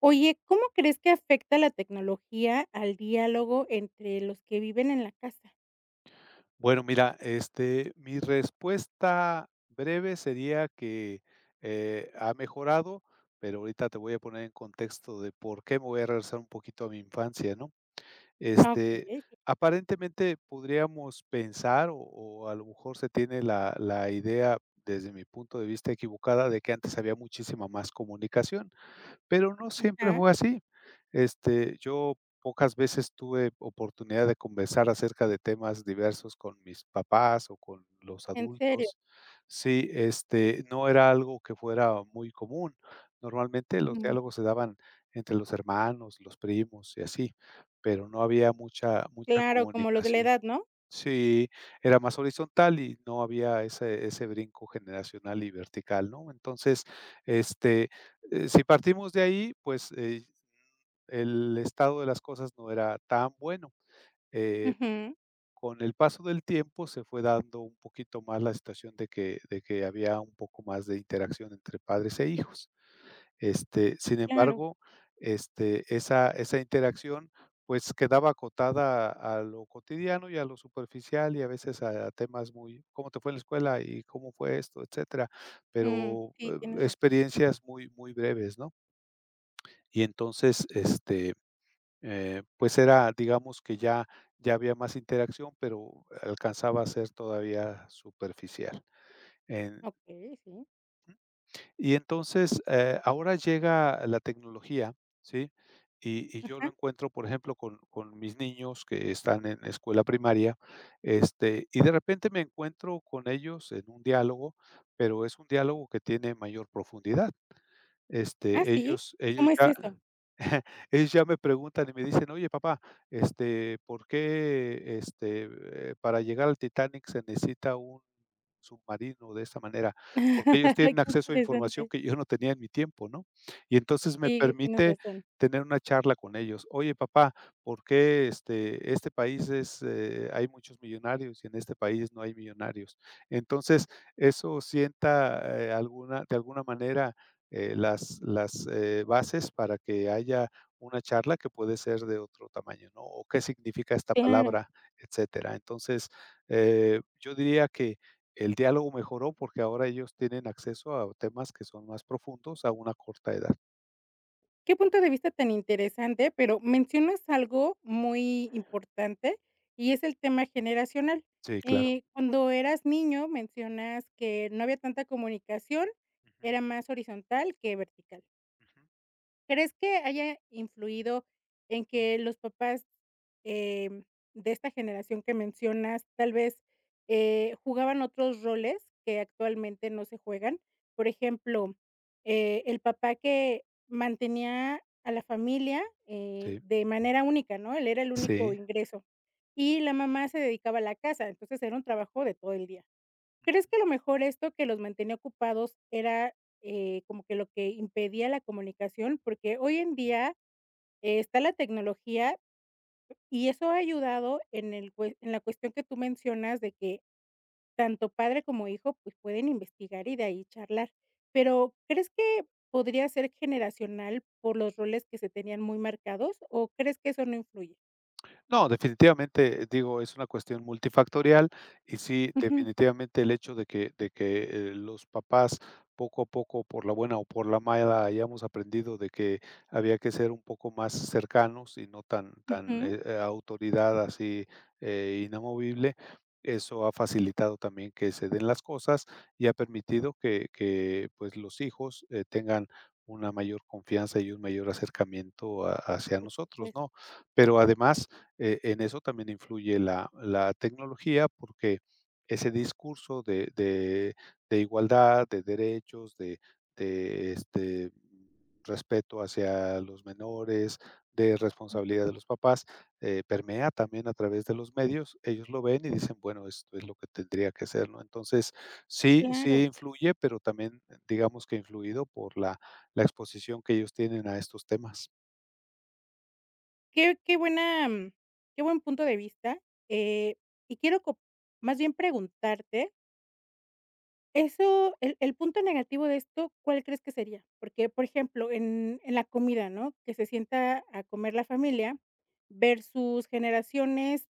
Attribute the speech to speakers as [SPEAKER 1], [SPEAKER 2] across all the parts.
[SPEAKER 1] Oye, ¿cómo crees que afecta la tecnología al diálogo entre los que viven en la casa?
[SPEAKER 2] Bueno, mira, mi respuesta breve sería que, ha mejorado, pero ahorita te voy a poner en contexto de por qué me voy a regresar un poquito a mi infancia, ¿no?
[SPEAKER 1] Ah, okey,
[SPEAKER 2] Este,
[SPEAKER 1] sí.
[SPEAKER 2] aparentemente podríamos pensar, o a lo mejor se tiene la idea, desde mi punto de vista equivocada, de que antes había muchísima más comunicación. Pero no siempre
[SPEAKER 1] Ajá,
[SPEAKER 2] fue así. Yo pocas veces tuve oportunidad de conversar acerca de temas diversos con mis papás o con los
[SPEAKER 1] ¿en serio?
[SPEAKER 2] adultos. Sí, no era algo que fuera muy común. Normalmente los
[SPEAKER 1] Mm,
[SPEAKER 2] diálogos se daban entre los hermanos, los primos y así, pero no había mucha
[SPEAKER 1] claro, como los de la
[SPEAKER 2] comunicación.
[SPEAKER 1] edad, ¿no?
[SPEAKER 2] Sí, era más horizontal y no había ese brinco generacional y vertical, ¿no? Entonces, este, si partimos de ahí, pues, el estado de las cosas no era tan bueno. Eh,
[SPEAKER 1] Ujú,
[SPEAKER 2] con el paso del tiempo se fue dando un poquito más la situación de que había un poco más de interacción entre padres e hijos. Sin
[SPEAKER 1] claro.
[SPEAKER 2] embargo, esa interacción, pues, quedaba acotada a lo cotidiano y a lo superficial, y a veces a temas muy: "¿Cómo te fue en la escuela?", y "¿Cómo fue esto?", etcétera,
[SPEAKER 1] Mm,
[SPEAKER 2] pero,
[SPEAKER 1] sí, tienes razón.
[SPEAKER 2] experiencias muy breves, ¿no? Y entonces, pues, era, digamos, que ya había más interacción, pero alcanzaba a ser todavía superficial. En
[SPEAKER 1] Okey, sí.
[SPEAKER 2] Y entonces, ahora llega la tecnología, ¿sí? Y yo lo
[SPEAKER 1] Ajá.
[SPEAKER 2] encuentro, por ejemplo, con mis niños que están en escuela primaria, y de repente me encuentro con ellos en un diálogo, pero es un diálogo que tiene mayor profundidad.
[SPEAKER 1] Ah,
[SPEAKER 2] Este,
[SPEAKER 1] ¿sí?
[SPEAKER 2] ellos ellos
[SPEAKER 1] ¿Cómo es
[SPEAKER 2] ya
[SPEAKER 1] eso?
[SPEAKER 2] Ellos ya me preguntan y me dicen: "Oye, papá, este, ¿por qué, este, para llegar al Titanic se necesita un submarino de esta manera?". Porque ellos
[SPEAKER 1] Qué
[SPEAKER 2] tienen acceso a información
[SPEAKER 1] interesante.
[SPEAKER 2] que yo no tenía en mi tiempo, ¿no? Y entonces me
[SPEAKER 1] Sí, tienes
[SPEAKER 2] permite
[SPEAKER 1] razón.
[SPEAKER 2] tener una charla con ellos. "Oye, papá, ¿por qué, este país es, hay muchos millonarios y en este país no hay millonarios?". Entonces, eso sienta, alguna de alguna manera las bases para que haya una charla que puede ser de otro tamaño, ¿no? O qué significa esta
[SPEAKER 1] Claro.
[SPEAKER 2] palabra, etcétera. Entonces, yo diría que el diálogo mejoró porque ahora ellos tienen acceso a temas que son más profundos a una corta edad.
[SPEAKER 1] Qué punto de vista tan interesante, pero mencionas algo muy importante y es el tema generacional.
[SPEAKER 2] Sí, claro.
[SPEAKER 1] Cuando eras niño mencionas que no había tanta comunicación,
[SPEAKER 2] Ujú,
[SPEAKER 1] era más horizontal que vertical.
[SPEAKER 2] ujú.
[SPEAKER 1] ¿Crees que haya influido en que los papás, em, de esta generación que mencionas, tal vez, jugaban otros roles que actualmente no se juegan? Por ejemplo, el papá que mantenía a la familia,
[SPEAKER 2] Sí,
[SPEAKER 1] de manera única, ¿no? Él era el único
[SPEAKER 2] sí.
[SPEAKER 1] ingreso, y la mamá se dedicaba a la casa, entonces era un trabajo de todo el día. ¿Crees que a lo mejor esto que los mantenía ocupados era, como que lo que impedía la comunicación? Porque hoy en día está la tecnología y eso ha ayudado en el cue en la cuestión que tú mencionas de que tanto padre como hijo, pues, pueden investigar y de ahí charlar. Pero, ¿crees que podría ser generacional por los roles que se tenían muy marcados o crees que eso no influye?
[SPEAKER 2] No, definitivamente, digo, es una cuestión multifactorial y sí,
[SPEAKER 1] Ujú,
[SPEAKER 2] definitivamente el hecho de que, los papás poco a poco, por la buena o por la mala, hayamos aprendido de que había que ser un poco más cercanos y no tan,
[SPEAKER 1] ujú,
[SPEAKER 2] autoridad así, inamovible. Eso ha facilitado también que se den las cosas y ha permitido que, pues, los hijos, tengan una mayor confianza y un mayor acercamiento ha hacia
[SPEAKER 1] por
[SPEAKER 2] nosotros,
[SPEAKER 1] supuesto,
[SPEAKER 2] ¿no? Pero además en eso también influye la tecnología, porque ese discurso de igualdad, de derechos, de, respeto hacia los menores, de responsabilidad de los papás, permea también a través de los medios. Ellos lo ven y dicen: "Bueno, esto es lo que tendría que ser", ¿no? Entonces, sí
[SPEAKER 1] claro.
[SPEAKER 2] influye, pero también digamos que influido por la exposición que ellos tienen a estos temas.
[SPEAKER 1] Qué buena, qué buen punto de vista, eh, y quiero co más bien preguntarte eso, el punto negativo de esto, ¿cuál crees que sería? Porque, por ejemplo, en la comida, ¿no? Que se sienta a comer la familia versus generaciones,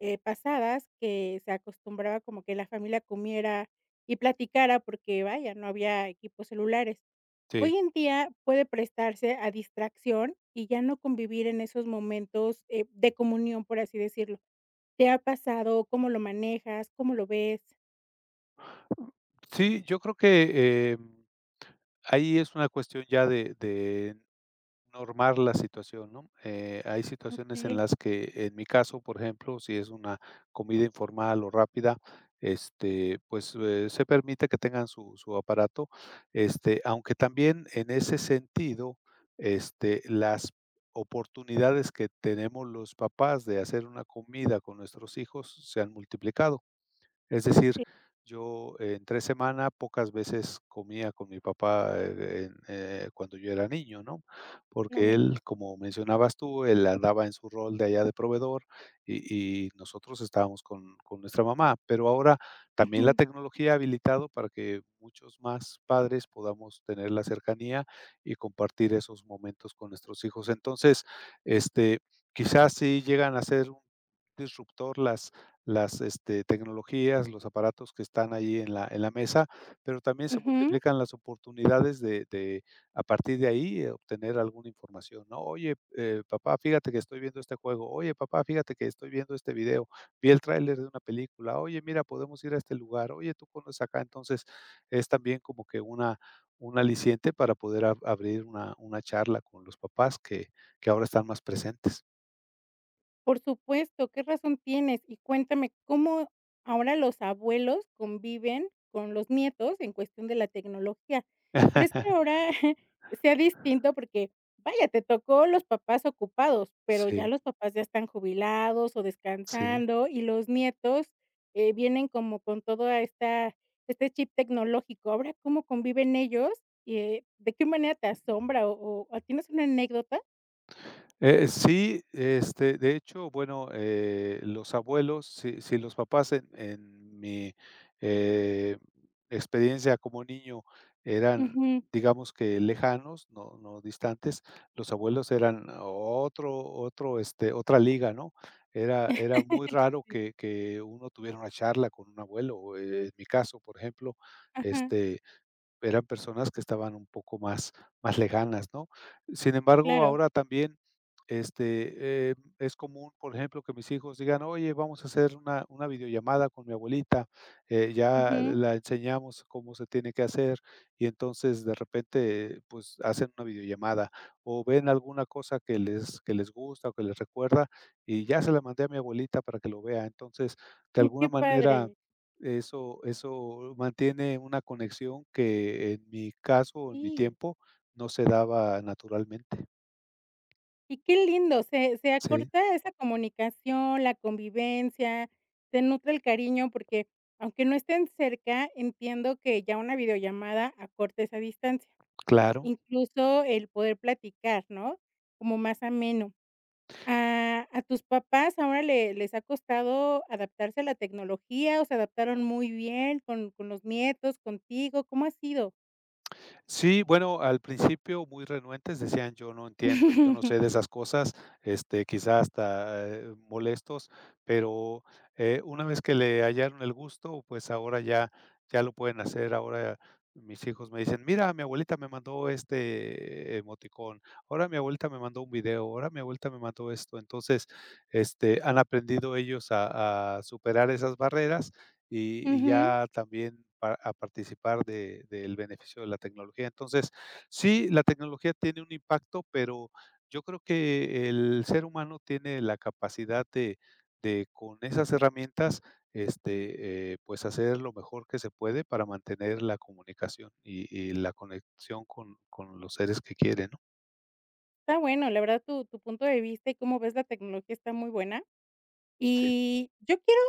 [SPEAKER 1] pasadas que se acostumbraba como que la familia comiera y platicara porque, vaya, no había equipos celulares.
[SPEAKER 2] Sí.
[SPEAKER 1] Hoy en día puede prestarse a distracción y ya no convivir en esos momentos, de comunión, por así decirlo. ¿Te ha pasado? ¿Cómo lo manejas? ¿Cómo lo ves?
[SPEAKER 2] Sí, yo creo que, ahí es una cuestión ya de normar la situación, ¿no? Hay situaciones en
[SPEAKER 1] Okey.
[SPEAKER 2] las que, en mi caso, por ejemplo, si es una comida informal o rápida, pues, se permite que tengan su aparato, aunque también en ese sentido, las oportunidades que tenemos los papás de hacer una comida con nuestros hijos se han multiplicado. Es decir,
[SPEAKER 1] Sí,
[SPEAKER 2] yo entre semana pocas veces comía con mi papá, cuando yo era niño, ¿no?
[SPEAKER 1] no
[SPEAKER 2] Porque
[SPEAKER 1] me
[SPEAKER 2] él,
[SPEAKER 1] digas.
[SPEAKER 2] como mencionabas tú, él andaba en su rol de allá de proveedor y nosotros estábamos con nuestra mamá. Pero ahora también la
[SPEAKER 1] Ujú,
[SPEAKER 2] tecnología ha habilitado para que muchos más padres podamos tener la cercanía y compartir esos momentos con nuestros hijos. Entonces, este, quizás sí llegan a ser un disruptor las, tecnologías, los aparatos que están ahí en la mesa, pero también se
[SPEAKER 1] ujú,
[SPEAKER 2] multiplican las oportunidades de, a partir de ahí, obtener alguna información, ¿no? Oye, papá, fíjate que estoy viendo este juego. Oye, papá, fíjate que estoy viendo este video. Vi el tráiler de una película. Oye, mira, podemos ir a este lugar. Oye, tú conoces acá. Entonces, es también como que una un aliciente para poder ab abrir una charla con los papás que ahora están más presentes.
[SPEAKER 1] por supuesto, ¿qué razón tienes? Y cuéntame, ¿cómo ahora los abuelos conviven con los nietos en cuestión de la tecnología? ¿Crees que ahora sea distinto? Porque, vaya, te tocó los papás ocupados, pero
[SPEAKER 2] Sí,
[SPEAKER 1] ya los papás ya están jubilados o
[SPEAKER 2] sí.
[SPEAKER 1] descansando, y los nietos, vienen como con toda esta este chip tecnológico. Ahora, ¿cómo conviven ellos? Y, ¿de qué manera te asombra o tienes una anécdota?
[SPEAKER 2] Sí, de hecho, bueno, los abuelos, si los papás en mi eh, experiencia como niño eran,
[SPEAKER 1] Ujú.
[SPEAKER 2] digamos que lejanos, no, no distantes, los abuelos eran otro, otro, otra liga, ¿no? Era, era muy raro que uno tuviera una charla con un abuelo. En mi caso, por ejemplo,
[SPEAKER 1] Ajá,
[SPEAKER 2] este, eran personas que estaban un poco más lejanas, ¿no? Sin embargo,
[SPEAKER 1] claro.
[SPEAKER 2] ahora también, es común, por ejemplo, que mis hijos digan: "Oye, vamos a hacer una videollamada con mi abuelita, ya
[SPEAKER 1] Ujú.
[SPEAKER 2] la enseñamos cómo se tiene que hacer", y entonces, de repente, pues, hacen una videollamada, o ven alguna cosa que les gusta o que les recuerda, y ya se la mandé a mi abuelita para que lo vea. Entonces, de
[SPEAKER 1] Mm,
[SPEAKER 2] alguna
[SPEAKER 1] qué
[SPEAKER 2] manera
[SPEAKER 1] padre.
[SPEAKER 2] eso mantiene una conexión que en mi caso, en mi
[SPEAKER 1] Sí.
[SPEAKER 2] tiempo, no se daba naturalmente.
[SPEAKER 1] Y qué lindo, se
[SPEAKER 2] Sí,
[SPEAKER 1] acorta esa comunicación, la convivencia, se nutre el cariño, porque aunque no estén cerca, entiendo que ya una videollamada acorta esa distancia.
[SPEAKER 2] claro.
[SPEAKER 1] Incluso el poder platicar, ¿no? Como más ameno. ¿A tus papás ahora le les ha costado adaptarse a la tecnología, o se adaptaron muy bien con los nietos, contigo? ¿Cómo ha sido?
[SPEAKER 2] Sí, bueno, al principio muy renuentes, decían: "Yo no entiendo, yo no sé de esas cosas", quizás hasta, molestos, pero, una vez que le hallaron el gusto, pues ahora ya lo pueden hacer. Ahora mis hijos me dicen: "Mira, mi abuelita me mandó este emoticón, ahora mi abuelita me mandó un video, ahora mi abuelita me mandó esto". Entonces, han aprendido ellos a superar esas barreras y
[SPEAKER 1] Ujú.
[SPEAKER 2] ya también pa a participar de del beneficio de la tecnología. Entonces, sí, la tecnología tiene un impacto, pero yo creo que el ser humano tiene la capacidad de con esas herramientas, pues, hacer lo mejor que se puede para mantener la comunicación y la conexión con los seres que quiere, ¿no?
[SPEAKER 1] Está bueno, la verdad tu punto de vista y cómo ves la tecnología está muy buena.
[SPEAKER 2] Sí.
[SPEAKER 1] Y yo quiero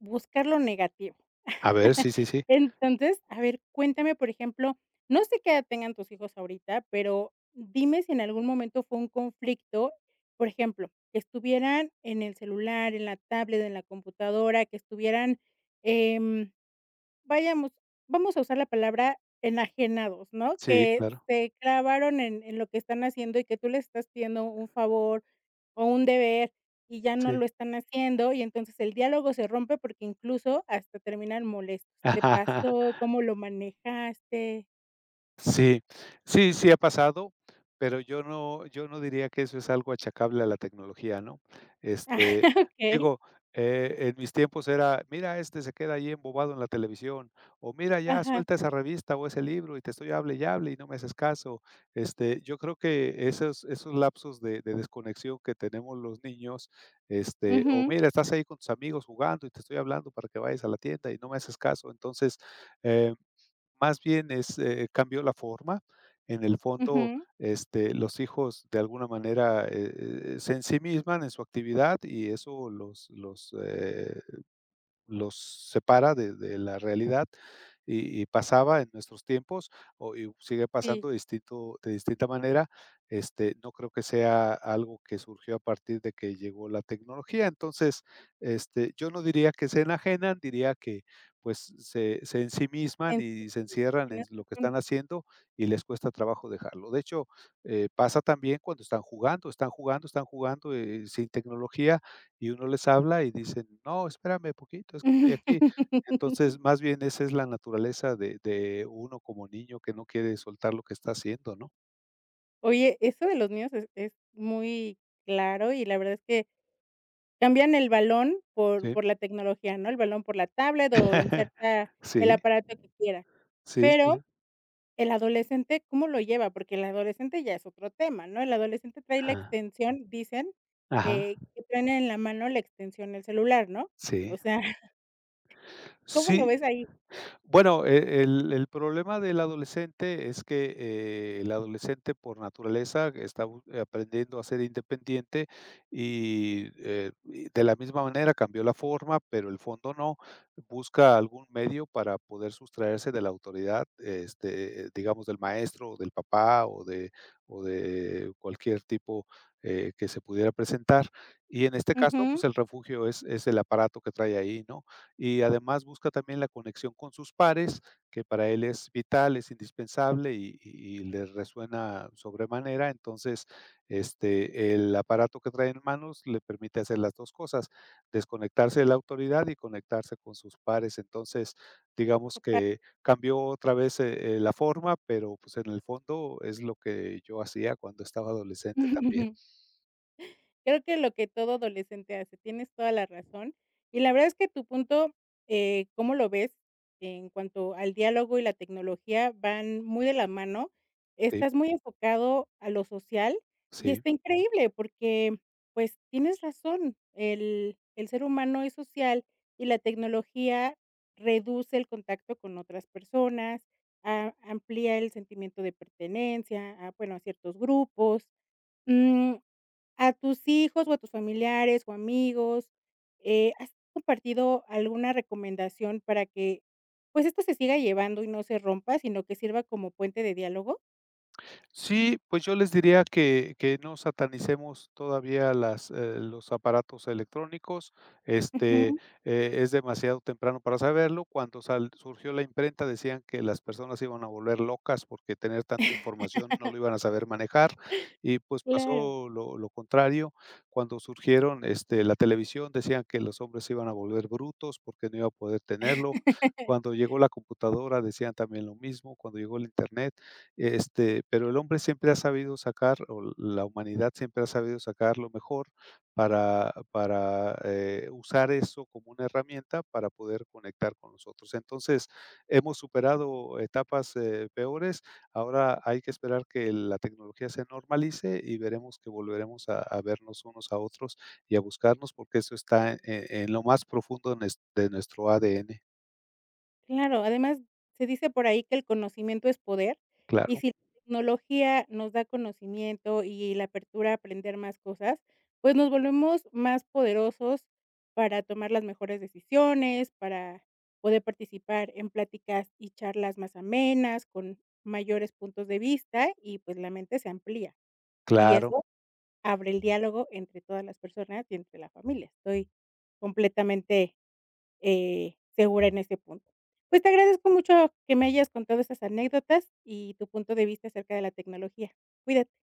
[SPEAKER 1] buscar lo negativo.
[SPEAKER 2] A ver, sí, sí, sí.
[SPEAKER 1] Entonces, a ver, cuéntame, por ejemplo, no sé qué edad tengan tus hijos ahorita, pero dime si en algún momento fue un conflicto, por ejemplo, que estuvieran en el celular, en la tablet, en la computadora, que estuvieran, em Vayamos, vamos a usar la palabra enajenados, ¿no?
[SPEAKER 2] Sí,
[SPEAKER 1] Que
[SPEAKER 2] claro,
[SPEAKER 1] se clavaron en lo que están haciendo y que tú les estás pidiendo un favor o un deber y ya no
[SPEAKER 2] sí.
[SPEAKER 1] lo están haciendo, y entonces el diálogo se rompe porque incluso hasta terminan molestos. ¿Te pasó? ¿Cómo lo manejaste?
[SPEAKER 2] Sí, sí, sí ha pasado, pero yo no diría que eso es algo achacable a la tecnología, ¿no? Este,
[SPEAKER 1] Ah, okey.
[SPEAKER 2] digo, en mis tiempos era: "Mira, este se queda ahí embobado en la televisión", o "Mira, ya
[SPEAKER 1] Ajá.
[SPEAKER 2] suelta esa revista o ese libro y te estoy hable y hable y no me haces caso". Yo creo que esos lapsos de desconexión que tenemos los niños, o
[SPEAKER 1] Ujú,
[SPEAKER 2] "Mira, estás ahí con tus amigos jugando y te estoy hablando para que vayas a la tienda y no me haces caso". Entonces, eh más bien es, cambió la forma. En el fondo,
[SPEAKER 1] ujú.
[SPEAKER 2] los hijos de alguna manera, se ensimisman en su actividad y eso los separa de la realidad, y pasaba en nuestros tiempos, o y sigue
[SPEAKER 1] Sí,
[SPEAKER 2] pasando de distinto de distinta manera, no creo que sea algo que surgió a partir de que llegó la tecnología. Entonces, yo no diría que se enajenan, diría que, pues, se ensimisman
[SPEAKER 1] te
[SPEAKER 2] y se encierran en
[SPEAKER 1] tienes
[SPEAKER 2] lo que están
[SPEAKER 1] razón.
[SPEAKER 2] haciendo y les cuesta trabajo dejarlo. De hecho, pasa también cuando están jugando, sin tecnología y uno les habla y dicen: "No, espérame poquito, es que estoy aquí". Entonces, más bien esa es la naturaleza de uno como niño que no quiere soltar lo que está haciendo, ¿no?
[SPEAKER 1] Oye, eso de los niños es muy claro y la verdad es que cambian el balón por
[SPEAKER 2] Sí.
[SPEAKER 1] por la tecnología, ¿no? El balón por la tablet o inserta el
[SPEAKER 2] Sí,
[SPEAKER 1] aparato que quiera.
[SPEAKER 2] sí, sí, sí.
[SPEAKER 1] Pero el adolescente, ¿cómo lo lleva? Porque el adolescente ya es otro tema, ¿no? El adolescente trae la
[SPEAKER 2] Ajá.
[SPEAKER 1] extensión, dicen,
[SPEAKER 2] Ajá.
[SPEAKER 1] que traen en la mano la extensión del celular, ¿no? O
[SPEAKER 2] Sí.
[SPEAKER 1] sea, ¿cómo lo
[SPEAKER 2] Sí.
[SPEAKER 1] ves ahí?
[SPEAKER 2] Bueno, el problema del adolescente es que, el adolescente por naturaleza está bu aprendiendo a ser independiente y de la misma manera cambió la forma, pero el fondo no. Busca algún medio para poder sustraerse de la autoridad, digamos, del maestro o del papá o de cualquier tipo, que se pudiera presentar. Y en este caso, pues
[SPEAKER 1] Ujú.
[SPEAKER 2] el refugio es el aparato que trae ahí, ¿no? Y además busca también la conexión con sus pares, que para él es vital, es indispensable y le resuena sobremanera. Entonces, el aparato que trae en manos le permite hacer las dos cosas, desconectarse de la autoridad y conectarse con sus pares. Entonces, digamos
[SPEAKER 1] Capaz.
[SPEAKER 2] que cambió otra vez la forma, pero pues en el fondo es lo que yo hacía cuando estaba adolescente también.
[SPEAKER 1] Creo que lo que todo adolescente hace, tienes toda la razón. Y la verdad es que tu punto, cómo lo ves en cuanto al diálogo y la tecnología van muy de la mano.
[SPEAKER 2] Sí,
[SPEAKER 1] Estás muy enfocado a lo social y
[SPEAKER 2] sí.
[SPEAKER 1] está increíble porque, pues, tienes razón, el ser humano es social y la tecnología reduce el contacto con otras personas, a amplía el sentimiento de pertenencia a, bueno, a ciertos grupos. Mm. A tus hijos, o a tus familiares, o amigos, ¿has compartido alguna recomendación para que, pues, esto se siga llevando y no se rompa, sino que sirva como puente de diálogo?
[SPEAKER 2] Sí, pues yo les diría que no satanicemos todavía las, los aparatos electrónicos, este,
[SPEAKER 1] Ujú,
[SPEAKER 2] es demasiado temprano para saberlo. Cuando sal surgió la imprenta, decían que las personas se iban a volver locas porque tener tanta información no lo iban a saber manejar, y pues
[SPEAKER 1] claro.
[SPEAKER 2] pasó lo contrario. Cuando surgieron, la televisión, decían que los hombres se iban a volver brutos porque no iba a poder tenerlo. Cuando llegó la computadora, decían también lo mismo. Cuando llegó el Internet, pero el hombre siempre ha sabido sacar, o la humanidad siempre ha sabido sacar lo mejor para, usar eso como una herramienta para poder conectar con nosotros. Entonces, hemos superado etapas, peores, ahora hay que esperar que la tecnología se normalice y veremos que volveremos a vernos unos a otros y a buscarnos, porque eso está en en lo más profundo de nuestro ADN.
[SPEAKER 1] Claro, además, se dice por ahí que el conocimiento es poder, y
[SPEAKER 2] Claro,
[SPEAKER 1] si la tecnología nos da conocimiento y la apertura a aprender más cosas, pues nos volvemos más poderosos para tomar las mejores decisiones, para poder participar en pláticas y charlas más amenas, con mayores puntos de vista y, pues, la mente se amplía, y
[SPEAKER 2] claro.
[SPEAKER 1] eso abre el diálogo entre todas las personas y entre la familia. Estoy completamente segura en ese punto. Pues, te agradezco mucho que me hayas contado estas anécdotas y tu punto de vista acerca de la tecnología. Cuídate.